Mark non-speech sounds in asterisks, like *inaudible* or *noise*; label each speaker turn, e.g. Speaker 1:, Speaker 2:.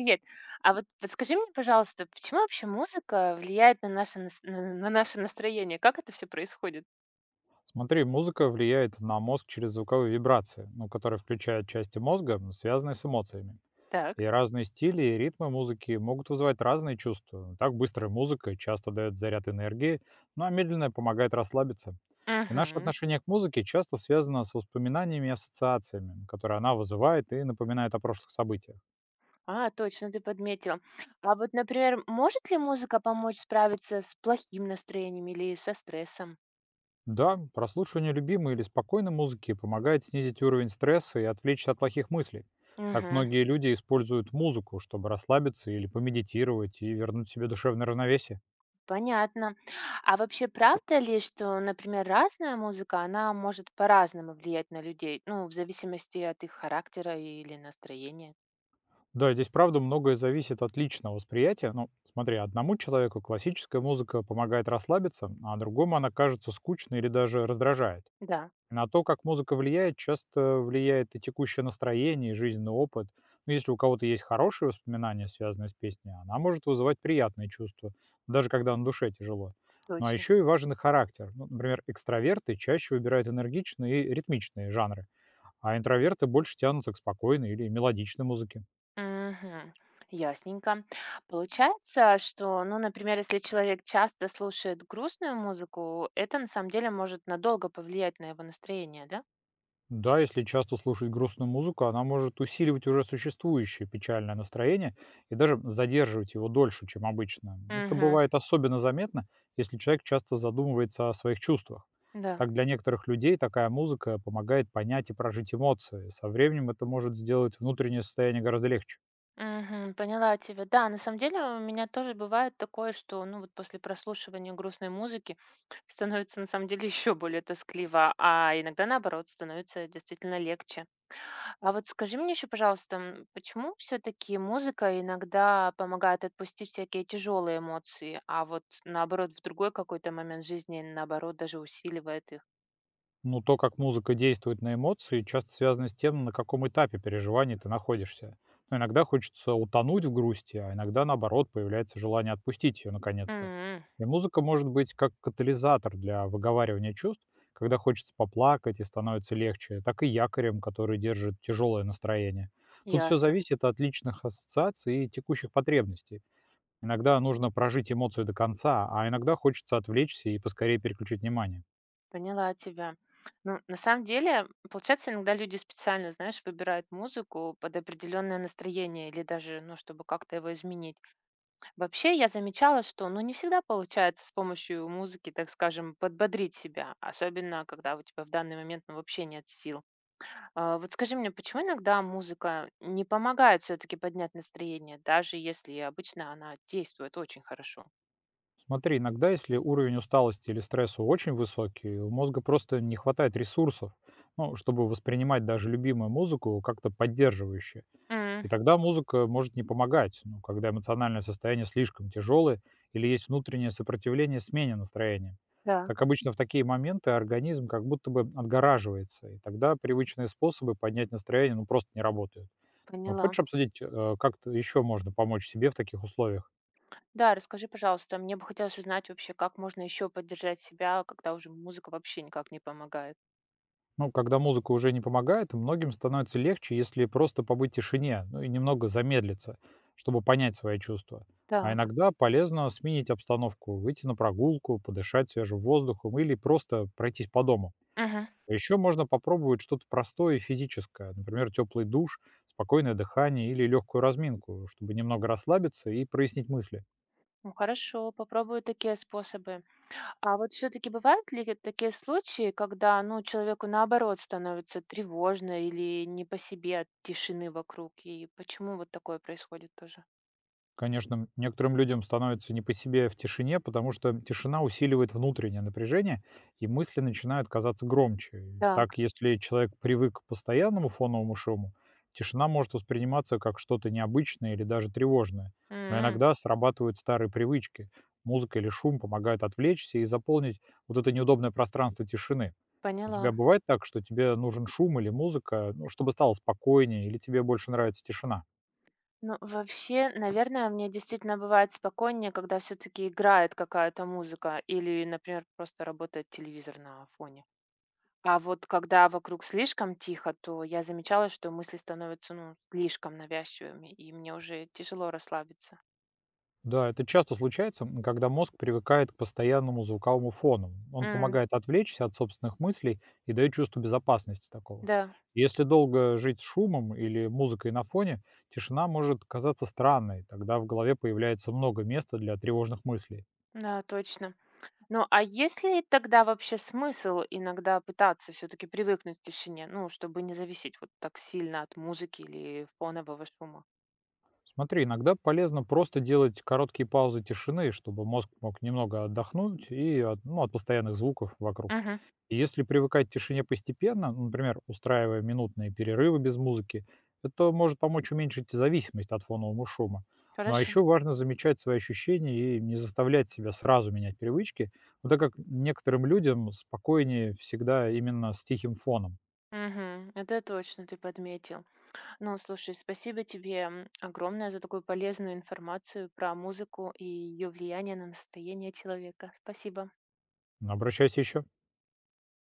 Speaker 1: Привет. А вот подскажи мне, пожалуйста, почему вообще музыка влияет на на наше настроение? Как это все происходит?
Speaker 2: Смотри, музыка влияет на мозг через звуковые вибрации, ну, которые включают части мозга, связанные с эмоциями.
Speaker 1: Так.
Speaker 2: И разные стили и ритмы музыки могут вызывать разные чувства. Так быстрая музыка часто дает заряд энергии, ну а медленная помогает расслабиться. И наше
Speaker 1: Мгм.
Speaker 2: отношение к музыке часто связано с воспоминаниями и ассоциациями, которые она вызывает и напоминает о прошлых событиях.
Speaker 1: А, точно, ты подметил. А вот, например, может ли музыка помочь справиться с плохим настроением или со стрессом?
Speaker 2: Да, прослушивание любимой или спокойной музыки помогает снизить уровень стресса и отвлечься от плохих мыслей. Так
Speaker 1: Мгм.
Speaker 2: многие люди используют музыку, чтобы расслабиться или помедитировать и вернуть себе душевное равновесие.
Speaker 1: Понятно. А вообще правда ли, что, например, разная музыка, она может по-разному влиять на людей, ну, в зависимости от их характера или настроения?
Speaker 2: Да, здесь правда многое зависит от личного восприятия. Ну, смотри, одному человеку классическая музыка помогает расслабиться, а другому она кажется скучной или даже раздражает.
Speaker 1: Да,
Speaker 2: На то, как музыка влияет, часто влияет и текущее настроение, и жизненный опыт. Ну, если у кого-то есть хорошие воспоминания, связанные с песней, она может вызывать приятные чувства, даже когда на душе тяжело. Ну а
Speaker 1: точно.
Speaker 2: еще и важен и характер. Ну, например, экстраверты чаще выбирают энергичные и ритмичные жанры, а интроверты больше тянутся к спокойной или мелодичной музыке.
Speaker 1: Мгм. Ясненько. Получается, что, ну, например, если человек часто слушает грустную музыку, это на самом деле может надолго повлиять на его настроение, да?
Speaker 2: Да, если часто слушать грустную музыку, она может усиливать уже существующее печальное настроение и даже задерживать его дольше, чем обычно. Это
Speaker 1: Угу.
Speaker 2: бывает особенно заметно, если человек часто задумывается о своих чувствах.
Speaker 1: Да.
Speaker 2: Так для некоторых людей такая музыка помогает понять и прожить эмоции. Со временем это может сделать внутреннее состояние гораздо легче.
Speaker 1: Мгм. Поняла тебя. Да, на самом деле у меня тоже бывает такое, что, ну, вот после прослушивания грустной музыки становится на самом деле *laughs* еще более тоскливо, а иногда наоборот становится действительно легче. А вот скажи мне еще, пожалуйста, почему все-таки музыка иногда помогает отпустить всякие тяжелые эмоции, а вот наоборот, в другой какой-то момент жизни, наоборот, даже усиливает их?
Speaker 2: Ну, то, как музыка действует на эмоции, часто связано с тем, на каком этапе переживания ты находишься. Но иногда хочется утонуть в грусти, а иногда, наоборот, появляется желание отпустить ее наконец-то.
Speaker 1: М.
Speaker 2: И музыка может быть как катализатор для выговаривания чувств, когда хочется поплакать и становится легче, так и якорем, который держит тяжелое настроение. Тут все
Speaker 1: Ясно,
Speaker 2: зависит от личных ассоциаций и текущих потребностей. Иногда нужно прожить эмоцию до конца, а иногда хочется отвлечься и поскорее переключить внимание.
Speaker 1: поняла тебя. Ну, на самом деле, получается, иногда люди специально, знаешь, выбирают музыку под определенное настроение или даже, ну, чтобы как-то его изменить. Вообще, я замечала, что, ну, не всегда получается с помощью музыки, так скажем, подбодрить себя, особенно когда у тебя в данный момент, ну, вообще нет сил. А, вот скажи мне, почему иногда музыка не помогает все-таки поднять настроение, даже если обычно она действует очень хорошо?
Speaker 2: Смотри, иногда, если уровень усталости или стресса очень высокий, у мозга просто не хватает ресурсов, ну, чтобы воспринимать даже любимую музыку как-то поддерживающе.
Speaker 1: М.
Speaker 2: И тогда музыка может не помогать, ну, когда эмоциональное состояние слишком тяжелое или есть внутреннее сопротивление смене настроения. Так
Speaker 1: Так.
Speaker 2: обычно в такие моменты организм как будто бы отгораживается, и тогда привычные способы поднять настроение ну, просто не работают. Ну,
Speaker 1: Поняла.
Speaker 2: хочешь обсудить, как еще можно помочь себе в таких условиях?
Speaker 1: Да, расскажи, пожалуйста, мне бы хотелось узнать вообще, как можно еще поддержать себя, когда уже музыка вообще никак не помогает.
Speaker 2: Ну, когда музыка уже не помогает, многим становится легче, если просто побыть в тишине, ну и немного замедлиться, чтобы понять свои чувства. А
Speaker 1: Так.
Speaker 2: иногда полезно сменить обстановку, выйти на прогулку, подышать свежим воздухом или просто пройтись по дому.
Speaker 1: Мгм.
Speaker 2: Еще можно попробовать что-то простое и физическое, например, теплый душ, спокойное дыхание или легкую разминку, чтобы немного расслабиться и прояснить мысли.
Speaker 1: Ну хорошо, попробую такие способы. А вот все-таки бывают ли вот такие случаи, когда, ну, человеку наоборот становится тревожно или не по себе от тишины вокруг, и почему вот такое происходит тоже?
Speaker 2: Конечно, некоторым людям становится не по себе в тишине, потому что тишина усиливает внутреннее напряжение, и мысли начинают казаться громче. И так,
Speaker 1: Так.
Speaker 2: если человек привык к постоянному фоновому шуму, тишина может восприниматься как что-то необычное или даже тревожное. Но
Speaker 1: М,
Speaker 2: иногда срабатывают старые привычки. Музыка или шум помогают отвлечься и заполнить вот это неудобное пространство тишины. У тебя
Speaker 1: поняла.
Speaker 2: бывает так, что тебе нужен шум или музыка, ну, чтобы стало спокойнее, или тебе больше нравится тишина?
Speaker 1: Ну, вообще, наверное, мне действительно бывает спокойнее, когда все-таки играет какая-то музыка или, например, просто работает телевизор на фоне. А вот когда вокруг слишком тихо, то я замечала, что мысли становятся, ну, слишком навязчивыми, и мне уже тяжело расслабиться.
Speaker 2: Да, это часто случается, когда мозг привыкает к постоянному звуковому фону. Он
Speaker 1: М,
Speaker 2: помогает отвлечься от собственных мыслей и дает чувство безопасности такого.
Speaker 1: да,
Speaker 2: Если долго жить с шумом или музыкой на фоне, тишина может казаться странной, тогда в голове появляется много места для тревожных мыслей.
Speaker 1: да, точно. Ну, а есть ли тогда вообще смысл иногда пытаться все-таки привыкнуть к тишине, ну, чтобы не зависеть вот так сильно от музыки или фонового шума?
Speaker 2: Смотри, иногда полезно просто делать короткие паузы тишины, чтобы мозг мог немного отдохнуть и от, ну, от постоянных звуков вокруг.
Speaker 1: Мгм.
Speaker 2: И если привыкать к тишине постепенно, ну, например, устраивая минутные перерывы без музыки, это может помочь уменьшить зависимость от фонового шума. Ну а
Speaker 1: Хорошо.
Speaker 2: еще важно замечать свои ощущения и не заставлять себя сразу менять привычки, ну, так как некоторым людям спокойнее всегда именно с тихим фоном.
Speaker 1: Мгм. Это точно ты подметил. Ну, слушай, спасибо тебе огромное за такую полезную информацию про музыку и ее влияние на настроение человека. Спасибо.
Speaker 2: Обращайся еще.